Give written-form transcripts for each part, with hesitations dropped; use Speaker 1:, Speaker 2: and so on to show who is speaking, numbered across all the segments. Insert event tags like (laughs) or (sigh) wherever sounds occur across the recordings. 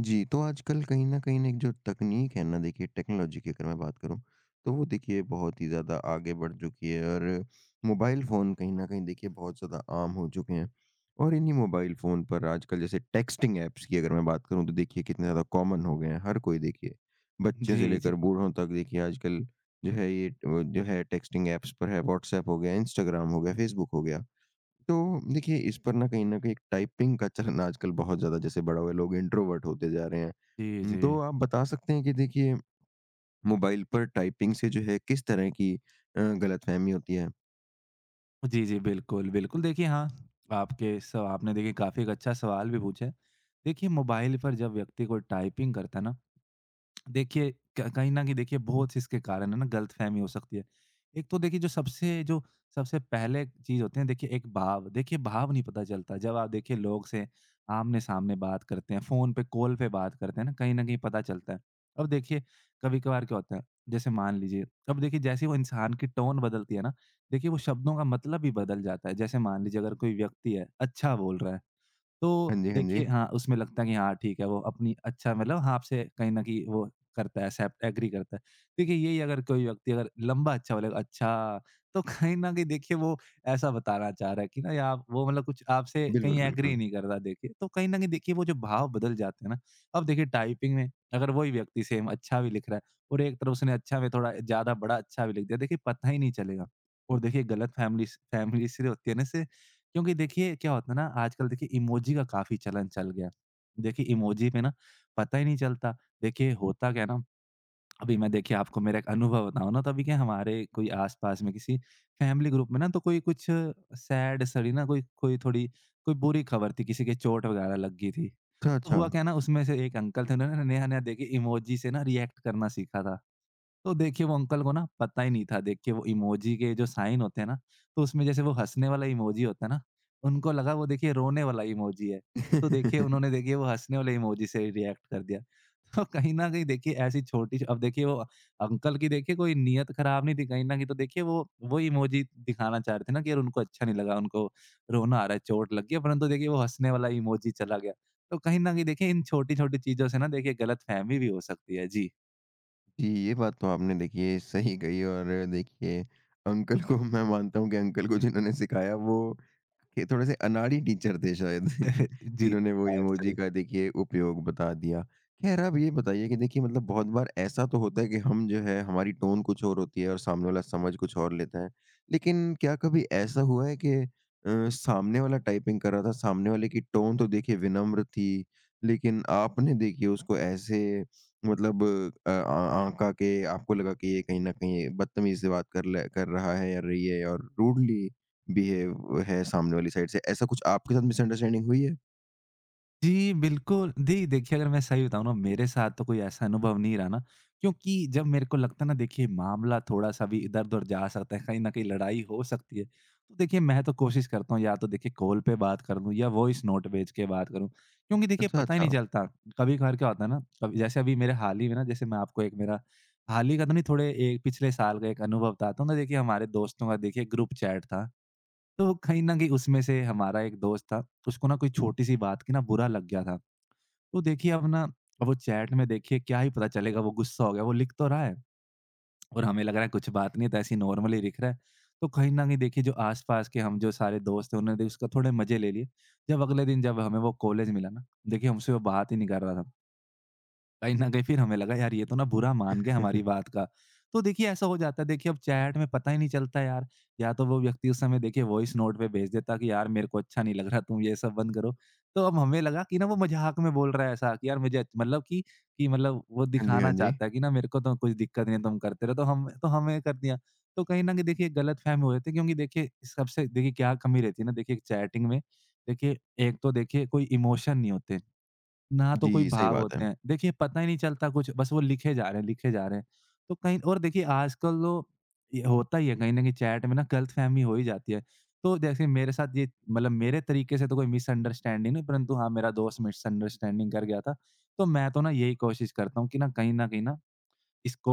Speaker 1: जी, तो आजकल कहीं न कहीं ना एक जो तकनीक है ना देखिए टेक्नोलॉजी की अगर मैं बात करूँ, तो वो देखिए बहुत ही ज़्यादा आगे बढ़ चुकी है और मोबाइल फ़ोन कहीं न कहीं देखिए बहुत ज़्यादा आम हो चुके हैं। और इन्हीं मोबाइल फ़ोन पर आजकल जैसे टेक्स्टिंग ऐप्स की अगर मैं बात करूँ तो देखिए कितने ज़्यादा कॉमन हो गए हैं। हर कोई देखिए बच्चे से
Speaker 2: जी, जी,
Speaker 1: लेकर बूढ़ों तक देखिए आजकल जो है ये जो है टेक्स्टिंग ऐप्स पर है व्हाट्सएप हो गया, इंस्टाग्राम हो गया, फ़ेसबुक हो गया। तो देखिए इस पर ना कहीं न कहीं एक टाइपिंग का चलन आजकल बहुत ज़्यादा जैसे बढ़ा हुआ है, लोग इंट्रोवर्ट होते जा रहे हैं।
Speaker 2: जी, जी।
Speaker 1: तो आप बता सकते हैं कि देखिए मोबाइल पर टाइपिंग से जो है किस तरह की गलतफ़हमी होती है?
Speaker 2: जी, जी, बिल्कुल, बिल्कुल। देखिए हाँ, आपके स आपने देखिए काफ़ी एक अच्छा सवाल भी पूछा है। देखिए मोबाइल पर जब व्यक्ति कोई टाइपिंग करता है ना, देखिए क कहीं न कहीं देखिए बहुत इसके कारण है ना गलतफ़हमी हो सकती है। एक तो देखिए जो सबसे पहले चीज़ होती है देखिए एक भाव, देखिए भाव नहीं पता चलता, जब आप देखिए लोग से आमने-सामने बात करते हैं, फ़ोन पे कॉल पे बात करते हैं ना, कहीं न कहीं पता चलता है। अब देखिए कभी-कभार क्या होता है, जैसे मान लीजिए, अब देखिए जैसे वो इंसान की टोन बदलती है ना, देखिए वो शब्दों का मतलब भी बदल जाता है। जैसे मान लीजिए, अगर कोई व्यक्ति है, अच्छा बोल रहा है, तो
Speaker 1: हाँ जी, हाँ जी।
Speaker 2: देखिए हाँ, उसमें लगता है कि हाँ, ठीक है, वो अपनी अच्छा मतलब हाँ, आपसे कहीं न कहीं वो करता है, एक्सेप्ट एग्री करता है। देखिए, यही अगर कोई व्यक्ति अगर लंबा अच्छा बोलेगा, "अच्छा!", तो कहीं न कहीं देखिए वो ऐसा बताना चाह रहा है कि ना, या आप वो मतलब कुछ आपसे कहीं
Speaker 1: बिल्कुल,
Speaker 2: एग्री
Speaker 1: बिल्कुल।
Speaker 2: नहीं कर रहा देखिए। तो कहीं न कहीं देखिए वो जो भाव बदल जाते हैं ना, अब देखिए टाइपिंग में अगर वही व्यक्ति सेम अच्छा भी लिख रहा है और एक तरफ उसने अच्छा में थोड़ा ज़्यादा बड़ा अच्छा भी लिख दिया, देखिए पता ही नहीं चलेगा। और देखिए गलतफ़हमी स फ़हमी इसलिए होती है ना इससे, क्योंकि देखिए क्या होता है ना, आजकल देखिए इमोजी का काफ़ी चलन चल गया। देखिए इमोजी पे ना पता ही नहीं चलता। देखिए होता क्या है ना, अभी मैं देखिए आपको मेरा एक अनुभव बताऊँ ना, तो अभी क्या हमारे कोई आस-पास में किसी फैमिली ग्रुप में ना, तो कोई कुछ सैड सड़ी ना, कोई कोई थोड़ी कोई बुरी खबर थी, किसी के चोट वगैरह लग गई थी।
Speaker 1: अच्छा,
Speaker 2: तो
Speaker 1: अच्छा।
Speaker 2: हुआ क्या है ना, उसमें से एक अंकल थे, उन्होंने नया-नया देखिए इमोजी से ना रिएक्ट करना सीखा था। तो देखिए वो अंकल को ना पता ही नहीं था, देखिए वो इमोजी के जो साइन होते हैं ना, तो उसमें जैसे वो हँसने वाला इमोजी होता है ना, उनको लगा वो देखिए रोने वाला इमोजी है। तो देखिए उन्होंने
Speaker 1: (laughs)
Speaker 2: देखिए वो हँसने वाले इमोजी से रिएक्ट कर दिया। (laughs) तो कहीं न कहीं देखिए ऐसी छोटी, अब देखिए वो अंकल की देखिए कोई नीयत खराब नहीं थी कहीं न कहीं, तो देखिए वो इमोजी दिखाना चाह रहे थे ना कि यार उनको अच्छा नहीं लगा, उनको रोना आ रहा है, चोट लग गई है, परंतु देखिए वो हँसने वाला इमोजी चला गया। तो कहीं न कहीं देखिए इन छोटी-छोटी चीज़ों से ना देखिए गलतफ़हमी भी हो सकती है। जी।
Speaker 1: जी, ये बात तो आपने देखिए सही कही और देखिए अंकल को मैं मानता हूँ कि अंकल को जिन्होंने सिखाया वो कि थोड़े से अनाड़ी टीचर थे शायद।
Speaker 2: (laughs)
Speaker 1: (laughs)
Speaker 2: जी।
Speaker 1: जिन्होंने वो
Speaker 2: शायद
Speaker 1: इमोजी
Speaker 2: से।
Speaker 1: का देखिए उपयोग बता दिया। खैर आप ये बताइए कि देखिए मतलब बहुत बार ऐसा तो होता है कि हम जो है हमारी टोन कुछ और होती है और सामने वाला समझ कुछ और लेता है। लेकिन क्या कभी ऐसा हुआ है कि सामने वाला टाइपिंग कर रहा था, सामने वाले की टोन तो देखिए विनम्र थी, लेकिन आपने देखिए उसको ऐसे मतलब अ, आ आँका के आपको लगा कि ये कहीं न कहीं बदतमीज़ी से बात कर रहा है या रही है और रूडली बिहेव है सामने वाली साइड से, ऐसा कुछ आपके साथ मिसअंडरस्टैंडिंग हुई है?
Speaker 2: जी, बिल्कुल। जी, देखिए अगर मैं सही बताऊँ ना, मेरे साथ तो कोई ऐसा अनुभव नहीं रहा ना, क्योंकि जब मेरे को लगता है ना, देखिए मामला थोड़ा-सा भी इधर-उधर जा सकता है, कहीं न कहीं लड़ाई हो सकती है। तो देखिए मैं तो कोशिश करता हूँ या तो देखिए कॉल पे बात कर लूँ, या वॉइस नोट भेज के बात करूँ, क्योंकि देखिए
Speaker 1: अच्छा,
Speaker 2: पता ही
Speaker 1: अच्छा।
Speaker 2: नहीं चलता। कभी-कभार क्या होता है ना, कभी जैसे अभी मेरे हाल ही में ना, जैसे मैं आपको एक मेरा हाल ही का तो नहीं, थोड़े एक पिछले साल का एक अनुभव बताता हूँ ना, देखिए हमारे दोस्तों का देखिए ग्रुप चैट था। तो कहीं न कहीं उसमें से हमारा एक दोस्त था, उसको ना कोई छोटी-सी बात की ना बुरा लग गया था। तो देखिए अब ना, अब वो चैट में देखिए क्या ही पता चलेगा वो गुस्सा हो गया, वो लिख तो रहा है और हमें लग रहा है कुछ बात नहीं है, तो ऐसे ही नॉर्मली लिख रहा है। तो कहीं न कहीं देखिए जो आस-पास के हम जो सारे दोस्त हैं, उन्होंने उसका थोड़े मज़े ले लिए। जब अगले दिन जब हमें वो कॉलेज मिला ना, देखिए हमसे वो बात ही नहीं कर रहा था। कहीं न कहीं फिर हमें लगा यार, ये तो ना बुरा मान गए हमारी
Speaker 1: (laughs)
Speaker 2: बात का। तो देखिए ऐसा हो जाता है, देखिए अब चैट में पता ही नहीं चलता यार, या तो वो व्यक्ति उस समय देखिए वॉइस नोट पे भेज देता कि यार मेरे को अच्छा नहीं लग रहा, तुम ये सब बंद करो। तो अब हमें लगा कि ना वो मज़ाक में बोल रहा है ऐसा कि यार मुझे अच्छ मतलब कि मतलब वो
Speaker 1: हाँ जी, हाँ
Speaker 2: दिखाना
Speaker 1: जी।
Speaker 2: चाहता है कि ना मेरे को तो कुछ दिक्कत नहीं है, तुम करते रहो, तो हम तो हमें कर दिया। तो कहीं न कहीं देखिए गलतफ़हमी हो जाती है, क्योंकि देखिए सबसे देखिए क्या कमी रहती है ना, देखिए चैटिंग में, देखिए एक तो देखिए कोई इमोशन नहीं होते। ना तो कोई
Speaker 1: जी, सही
Speaker 2: भाव
Speaker 1: बात है।
Speaker 2: होते हैं। देखिए पता ही नहीं चलता कुछ, बस वो लिखे जा रहे हैं, लिखे जा रहे हैं। तो कहीं और देखिए आजकल तो ये होता ही है, कहीं न कहीं चैट में ना गलतफ़हमी हो ही जाती है। तो जैसे मेरे साथ ये मतलब मेरे तरीके से तो कोई मिसअंडरस्टैंडिंग नहीं, परंतु हाँ, मेरा दोस्त मिसअंडरस्टैंडिंग कर गया था। तो मैं तो ना यही कोशिश करता हूँ कि ना कहीं न कहीं ना इसको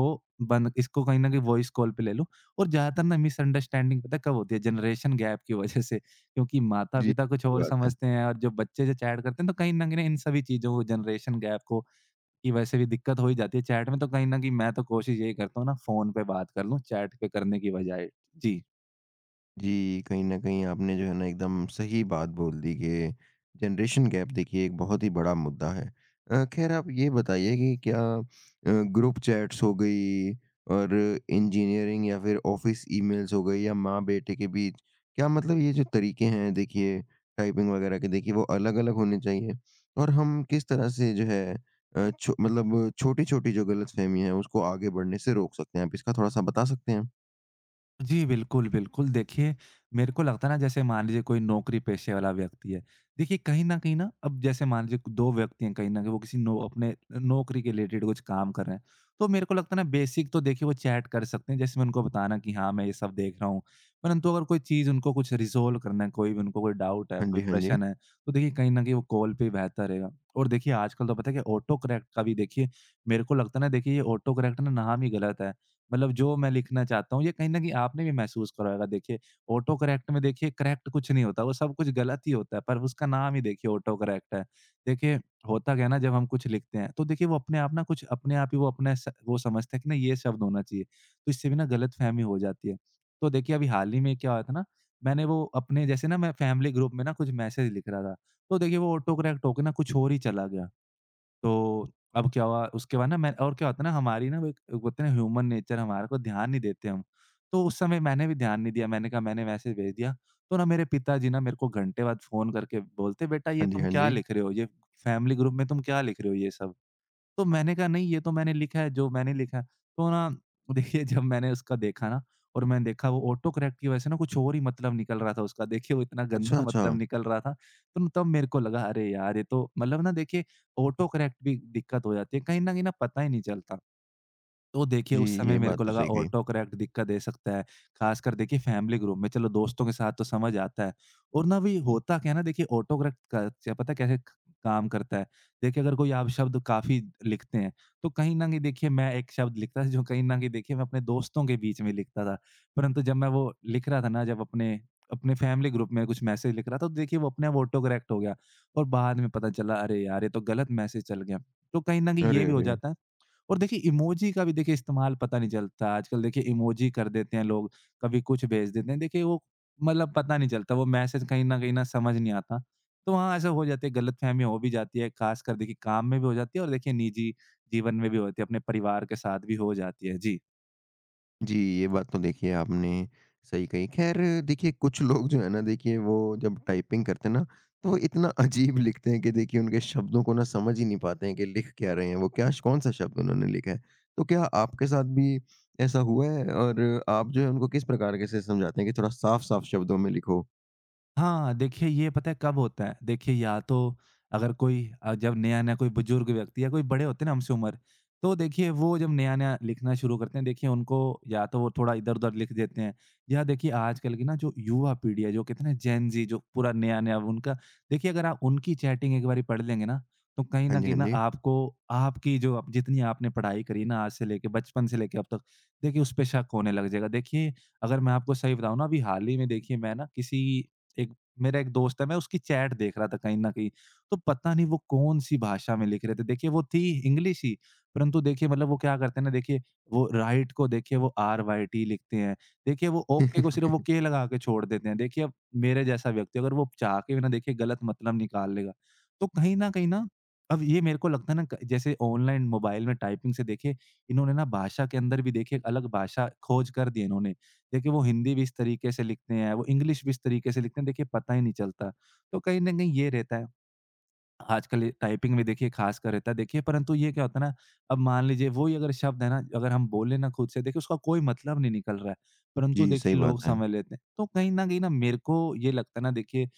Speaker 2: बंद, इसको कहीं न कहीं वॉइस कॉल पे ले लो। और ज़्यादातर ना मिसअंडरस्टैंडिंग पता है कब होती है? जनरेशन गैप की वज़ह से, क्योंकि
Speaker 1: जी,
Speaker 2: माता-पिता कुछ
Speaker 1: सही
Speaker 2: और
Speaker 1: बात है।
Speaker 2: समझते हैं और जो बच्चे जो चैट करते हैं, तो कहीं न कहीं इन सभी चीज़ों को जनरेशन गैप को, कि वैसे भी दिक्कत हो ही जाती है चैट में, तो कहीं न कहीं मैं तो कोशिश यही करता हूँ ना फ़ोन पे बात कर लूँ चैट पे करने की बजाय। जी।
Speaker 1: जी, कहीं न कहीं आपने जो है ना एकदम सही बात बोल दी कि जनरेशन गैप देखिए एक बहुत ही बड़ा मुद्दा है। ख़ैर आप ये बताइए कि क्या ग्रुप चैट्स हो गई और इंजीनियरिंग या फिर ऑफ़िस ईमेल्स हो गई या माँ-बेटे के बीच, क्या मतलब ये जो तरीके हैं देखिए टाइपिंग वग़ैरह के देखिए वो अलग-अलग होने चाहिए? और हम किस तरह से जो है अ, छो मतलब छोटी-छोटी जो गलतफ़हमी है उसको आगे बढ़ने से रोक सकते हैं? आप इसका थोड़ा-सा बता सकते हैं?
Speaker 2: जी, बिल्कुल, बिल्कुल। देखिए, मेरे को लगता है ना, जैसे मान लीजिए कोई नौकरी पेशे वाला व्यक्ति है। देखिए कहीं न कहीं ना, अब जैसे मान लीजिए 2 व्यक्ति हैं, कहीं न कहीं वो किसी नो अपने नौकरी के रिलेटेड कुछ काम कर रहे हैं। तो मेरे को लगता है ना, बेसिक तो देखिए वो चैट कर सकते हैं, जैसे मैं उनको बताना कि हाँ, मैं ये सब देख रहा हूँ। परंतु अगर कोई चीज़ उनको कुछ रिज़ॉल्व करना है, कोई भी उनको कोई डाउट है,
Speaker 1: हाँ जी,
Speaker 2: कोई
Speaker 1: हाँ जी।
Speaker 2: प्रश्न है, तो देखिए कहीं न कहीं वो कॉल पे ही बेहतर रहेगा। और देखिए आजकल तो पता है कि ऑटो करेक्ट का भी देखिए मेरे को लगता है ना, देखिए ये ऑटो करेक्ट ना नाम ही गलत है। मतलब जो मैं लिखना चाहता हूँ, ये कहीं न कहीं आपने भी महसूस करा होगा। देखिए, ऑटो करेक्ट में देखिए करेक्ट कुछ नहीं होता, वो सब कुछ गलत ही होता है, पर उसका नाम ही देखिए ऑटो करेक्ट है। देखिए, होता क्या है ना, जब हम कुछ लिखते हैं, तो देखिए वो अपने आप ना, कुछ अपने आप ही वो अपने स वो समझता है कि ना ये शब्द होना चाहिए, तो इससे भी ना गलतफ़हमी हो जाती है। तो देखिए, अभी हाल ही में क्या हुआ था ना, मैंने वो अपने जैसे ना मैं फैमिली ग्रुप में ना कुछ मैसेज लिख रहा था, तो देखिए वो ऑटो करेक्ट होके ना कुछ और ही चला गया। तो अब क्या हुआ उसके बाद ना, मैं और क्या होता है ना हमारी ना वो एक एक बोलते हैं ना ह्यूमन नेचर, हमारे को ध्यान नहीं देते हम। तो उस समय मैंने भी ध्यान नहीं दिया, मैंने कहा, मैंने मैसेज भेज दिया। तो ना मेरे पिताजी ना मेरे को घंटे बाद फ़ोन करके बोलते, "बेटा ये
Speaker 1: हाँ जी,
Speaker 2: तुम
Speaker 1: हाँ
Speaker 2: क्या
Speaker 1: जी।
Speaker 2: लिख रहे हो? ये फैमिली ग्रुप में तुम क्या लिख रहे हो ये सब?"। तो मैंने कहा नहीं, ये तो मैंने लिखा है जो मैंने लिखा है। तो ना देखिए जब मैंने उसका देखा ना और मैंने देखा वो ऑटो करेक्ट की वजह से ना कुछ और ही मतलब निकल रहा था उसका। देखिए वो इतना गंदा
Speaker 1: अच्छा,
Speaker 2: (laughs)
Speaker 1: अच्छा।
Speaker 2: मतलब निकल रहा था। तो तब मेरे को लगा, अरे यार, ये तो मतलब ना देखिए ऑटो करेक्ट भी दिक्कत हो जाती है। कहीं न कहीं ना पता ही नहीं चलता। तो देखिए,
Speaker 1: जी,
Speaker 2: उस समय
Speaker 1: ये
Speaker 2: मेरे
Speaker 1: बात
Speaker 2: को
Speaker 1: तो
Speaker 2: लगा
Speaker 1: सही कही।
Speaker 2: ऑटो करेक्ट दिक्कत दे सकता है, ख़ासकर देखिए फैमिली ग्रुप में, चलो दोस्तों के साथ तो समझ आता है। और ना भी होता क्या है ना, देखिए ऑटो करेक्ट क क्या पता है कैसे क काम करता है? देखिए अगर कोई आप शब्द काफ़ी लिखते हैं, तो कहीं न कहीं देखिए मैं एक शब्द लिखता था जो कहीं न कहीं देखिए मैं अपने दोस्तों के बीच में लिखता था, परंतु जब मैं वो लिख रहा था ना, जब अपने अपने फैमिली ग्रुप में कुछ मैसेज लिख रहा था, तो देखिए वो अपने आप ऑटो करेक्ट हो गया और बाद में पता चला, अरे यार! ये तो गलत मैसेज चल गया। तो कहीं न कहीं ये
Speaker 1: अरे,
Speaker 2: भी हो
Speaker 1: अरे!
Speaker 2: जाता है। और देखिए इमोजी का भी देखिए इस्तेमाल पता नहीं चलता। आजकल देखिए इमोजी कर देते हैं लोग, कभी कुछ भेज देते हैं। देखिए वो मतलब पता नहीं चलता, वो मैसेज कहीं न कहीं ना समझ नहीं आता। तो हाँ, ऐसा हो जाती है, गलतफ़हमी हो भी जाती है, ख़ासकर देखिए काम में भी हो जाती है और देखिए निजी जीवन में भी होती है, अपने परिवार के साथ भी हो जाती है। जी।
Speaker 1: जी, ये बात तो देखिए आपने सही कही। ख़ैर देखिए कुछ लोग जो है ना देखिए वो जब टाइपिंग करते हैं ना, तो इतना अजीब लिखते हैं कि देखिए उनके शब्दों को ना समझ ही नहीं पाते हैं कि लिख क्या रहे हैं वो, क्या श कौन-सा शब्द उन्होंने लिखा है। तो क्या आपके साथ भी ऐसा हुआ है? और आप जो है उनको किस प्रकार के से समझाते हैं कि थोड़ा साफ-साफ शब्दों में लिखो?
Speaker 2: हाँ, देखिए ये पता है कब होता है? देखिए या तो अगर कोई जब नया-नया कोई बुजुर्ग व्यक्ति या कोई बड़े होते हैं ना हमसे उम्र, तो देखिए वो जब नया-नया लिखना शुरू करते हैं, देखिए उनको या तो वो थोड़ा इधर-उधर लिख देते हैं या देखिए आजकल की ना जो युवा पीढ़ी है, जो कहते हैं ना जेन ज़ी, जो पूरा नया-नया उनका। देखिए अगर आप उनकी चैटिंग एक बारी पढ़ लेंगे ना, तो कहीं
Speaker 1: हाँ
Speaker 2: न
Speaker 1: जी,
Speaker 2: कहीं
Speaker 1: हाँ
Speaker 2: ना
Speaker 1: जी।
Speaker 2: आपको, आपकी जो आप जितनी आपने पढ़ाई करी ना आज से लेके बचपन से लेके अब तक, देखिए उस पे शक होने लग जाएगा। देखिए अगर मैं आपको सही बताऊँ ना, अभी हाल ही में देखिए मैं ना किसी एक मेरा एक दोस्त है, मैं उसकी चैट देख रहा था कहीं न कहीं, तो पता नहीं वो कौन-सी भाषा में लिख रहे थे। देखिए वो थी इंग्लिश ही, परंतु देखिए मतलब वो क्या करते हैं ना देखिए, वो राइट को देखिए वो आर-वाई-टी लिखते हैं। देखिए वो ओके को सिर्फ़
Speaker 1: (laughs)
Speaker 2: वो के लगा के छोड़ देते हैं। देखिए अब मेरे जैसा व्यक्ति अगर वो चाह के भी ना देखिए गलत मतलब निकाल लेगा, तो कहीं न कहीं ना अब ये मेरे को लगता है ना क जैसे ऑनलाइन मोबाइल में टाइपिंग से देखिए, इन्होंने ना भाषा के अंदर भी देखिए एक अलग भाषा खोज कर दी है इन्होंने। देखिए वो हिंदी भी इस तरीके से लिखते हैं, वो इंग्लिश भी इस तरीके से लिखते हैं, देखिए पता ही नहीं चलता। तो कहीं न कहीं ये रहता है। आजकल ये टाइपिंग में देखिए ख़ासकर रहता है देखिए, परंतु ये क्या होता है ना, अब मान लीजिए वही अगर शब्द है ना, अगर हम बोले ना खुद से देखिए उसका कोई मतलब नहीं निकल रहा है, परंतु
Speaker 1: जी, सही
Speaker 2: देखिए लोग
Speaker 1: बात है।
Speaker 2: समझ लेते हैं। तो कहीं न कहीं ना मेरे को ये लगता है ना देखिए।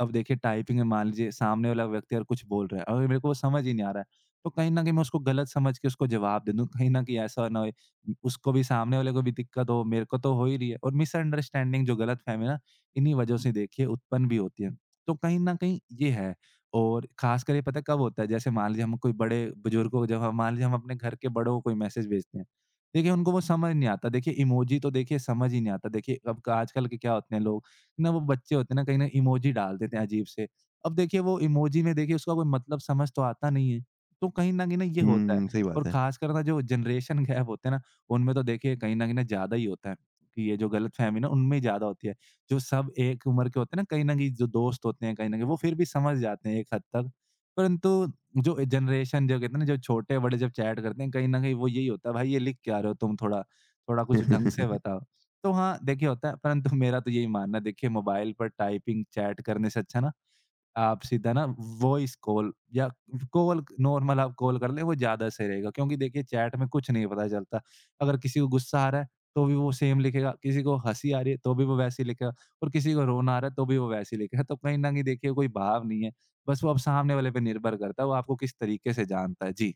Speaker 2: अब देखिए टाइपिंग में मान लीजिए सामने वाला व्यक्ति अगर कुछ बोल रहा है और मेरे को वो समझ ही नहीं आ रहा है, तो कहीं न कहीं मैं उसको गलत समझ के उसको जवाब दे दूँ। कहीं न कहीं ऐसा ना होए, उसको भी, सामने वाले को भी दिक्कत हो, मेरे को तो हो ही रही है और मिसअंडरस्टैंडिंग जो गलतफ़हमी है ना, इन्हीं वजहों से देखिए उत्पन्न भी होती है। तो कहीं न कहीं ये है। और ख़ासकर ये पता है कब होता है? जैसे मान लीजिए हम कोई बड़े बुजुर्गों को, जब हम मान लीजिए हम अपने घर के बड़ों को कोई मैसेज भेजते हैं। देखिए उनको वो समझ नहीं आता, देखिए इमोजी तो देखिए समझ ही नहीं आता। देखिए अब आजकल के क्या होते हैं लोग ना, वो बच्चे होते हैं ना, कहीं न इमोजी डाल देते हैं अजीब से। अब देखिए वो इमोजी में देखिए उसका कोई मतलब समझ तो आता नहीं है। तो कहीं न कहीं ना ये होता है।
Speaker 1: हुँ, सही
Speaker 2: और
Speaker 1: बात है।
Speaker 2: ख़ासकर ना जो जनरेशन गैप होते हैं ना, उनमें तो देखिए कहीं न कहीं ज़्यादा ही होता है कि ये जो गलतफ़हमी ना उनमें ही ज़्यादा होती है। जो सब एक उम्र के होते हैं ना, कहीं न कहीं जो दोस्त होते हैं, कहीं न कहीं वो फिर भी समझ जाते हैं एक हद तक। परंतु जो जनरेशन जो कहते हैं ना, जो छोटे-बड़े जब चैट करते हैं, कहीं न कहीं वो यही होता है, "भाई ये लिख क्या रहे हो तुम थोड़ा? थोड़ा कुछ ढंग से
Speaker 1: (laughs)
Speaker 2: बताओ।" तो हाँ, देखिए होता है, परंतु (laughs) मेरा तो यही मानना है देखिए मोबाइल पर टाइपिंग, चैट करने से अच्छा ना, आप सीधा ना वॉइस कॉल या कॉल नॉर्मल आप कॉल कर लें, वो ज़्यादा सही रहेगा। क्योंकि देखिए चैट में कुछ नहीं पता चलता। अगर किसी को गुस्सा आ रहा है, तो भी वो सेम लिखेगा, किसी को हँसी आ रही है, तो भी वो वैसे ही लिखेगा और किसी को रोना आ रहा है, तो भी वो वैसे ही लिखेगा। तो कहीं न कहीं देखिए कोई भाव नहीं है, बस वो अब सामने वाले पे निर्भर करता है, वो आपको किस तरीके से जानता है। जी।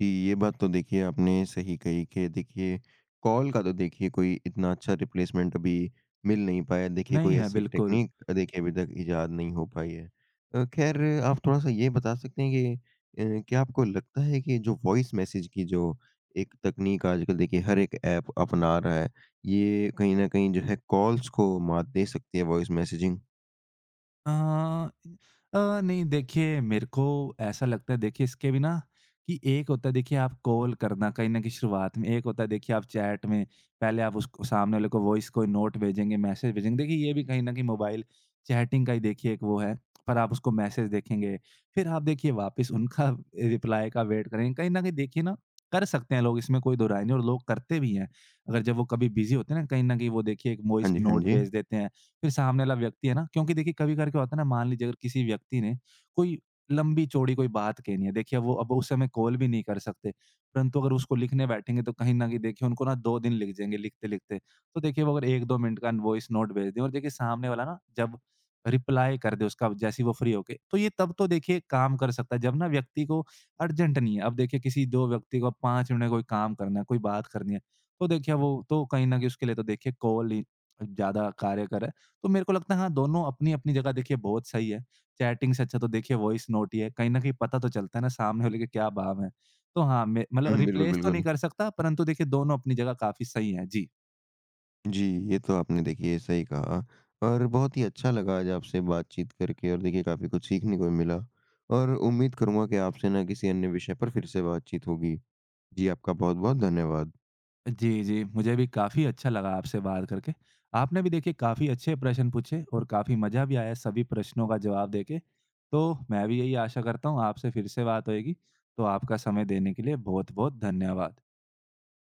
Speaker 1: जी, ये बात तो देखिए आपने सही कही कि देखिए कॉल का तो देखिए कोई इतना अच्छा रिप्लेसमेंट अभी मिल नहीं पाया है। देखिए
Speaker 2: नहीं
Speaker 1: कोई
Speaker 2: है,
Speaker 1: ऐसी
Speaker 2: बिल्कुल।
Speaker 1: टेक्निक देखिए अभी तक इजाद नहीं हो पाई है। खैर आप थोड़ा-सा ये बता सकते हैं कि क्या आपको लगता है कि जो वॉइस मैसेज की जो एक तकनीक आजकल देखिए हर एक ऐप अपना रहा है, ये कहीं न कहीं जो है कॉल्स को मात दे सकती है वॉइस मैसेजिंग?
Speaker 2: अ नहीं देखिए, मेरे को ऐसा लगता है देखिए इसके भी ना कि एक होता है देखिए आप कॉल करना कहीं न कहीं शुरुआत में, एक होता है देखिए आप चैट में पहले आप उसको सामने वाले को वॉइस कोई नोट भेजेंगे, मैसेज भेजेंगे। देखिए ये भी कहीं न कहीं मोबाइल चैटिंग का ही देखिए एक वो है, पर आप उसको मैसेज देखेंगे, फिर आप देखिए वापस उनका रिप्लाई का वेट करेंगे। कहीं न कहीं देखिए ना कर सकते हैं लोग इसमें कोई दोहराई नहीं और लोग करते भी हैं। अगर जब वो कभी बिज़ी होते हैं ना, कहीं न कहीं वो देखिए एक वॉइस
Speaker 1: हाँ जी, हाँ
Speaker 2: नोट
Speaker 1: जी।
Speaker 2: भेज देते हैं। फिर सामने वाला व्यक्ति है ना, क्योंकि देखिए कभी-कभार क्या होता है ना, मान लीजिए अगर किसी व्यक्ति ने कोई लंबी-चौड़ी कोई बात कहनी है, देखिए वो अब उस समय कॉल भी नहीं कर सकते, परंतु अगर उसको लिखने बैठेंगे तो कहीं न कहीं देखिए उनको ना 2 दिन लग जाएँगे लिखते-लिखते। तो देखिए वो अगर 1-2 मिनट का वॉइस नोट भेज दें और देखिए सामने वाला ना जब रिप्लाई कर दे उसका जैसे ही वो फ्री होके, तो ये तब तो देखिए काम कर सकता है जब ना व्यक्ति को अर्जेंट नहीं है। अब देखिए किसी 2 व्यक्ति को 5 मिनट में कोई काम करना है, कोई बात करनी है, तो देखिए वो तो कहीं न कहीं उसके लिए तो देखिए कॉल ही ज़्यादा कार्यकर है। तो मेरे को लगता है हाँ, दोनों अपनी-अपनी जगह देखिए बहुत सही है। चैटिंग से अच्छा तो देखिए वॉइस नोट ही है। कहीं न कहीं पता तो चलता है ना सामने वाले के क्या भाव हैं। तो हाँ, मैं मतलब
Speaker 1: हुँ, बिल्कुल,
Speaker 2: रिप्लेस तो नहीं
Speaker 1: बिल्कुल।
Speaker 2: कर सकता परंतु देखिए दोनों अपनी जगह काफ़ी सही हैं। जी।
Speaker 1: जी, ये तो आपने देखिए सही कहा और बहुत ही अच्छा लगा आज आपसे बातचीत करके और देखिए काफ़ी कुछ सीखने को भी मिला और उम्मीद करूँगा कि आपसे ना किसी अन्य विषय पर फिर से बातचीत होगी। जी, आपका बहुत-बहुत धन्यवाद।
Speaker 2: जी, जी। मुझे भी काफ़ी अच्छा लगा आपसे बात करके। आपने भी देखिए काफ़ी अच्छे प्रश्न पूछे और काफ़ी मज़ा भी आया सभी प्रश्नों का जवाब देके। तो मैं भी यही आशा करता हूँ आपसे फिर से बात होएगी। तो आपका समय देने के लिए बहुत-बहुत धन्यवाद।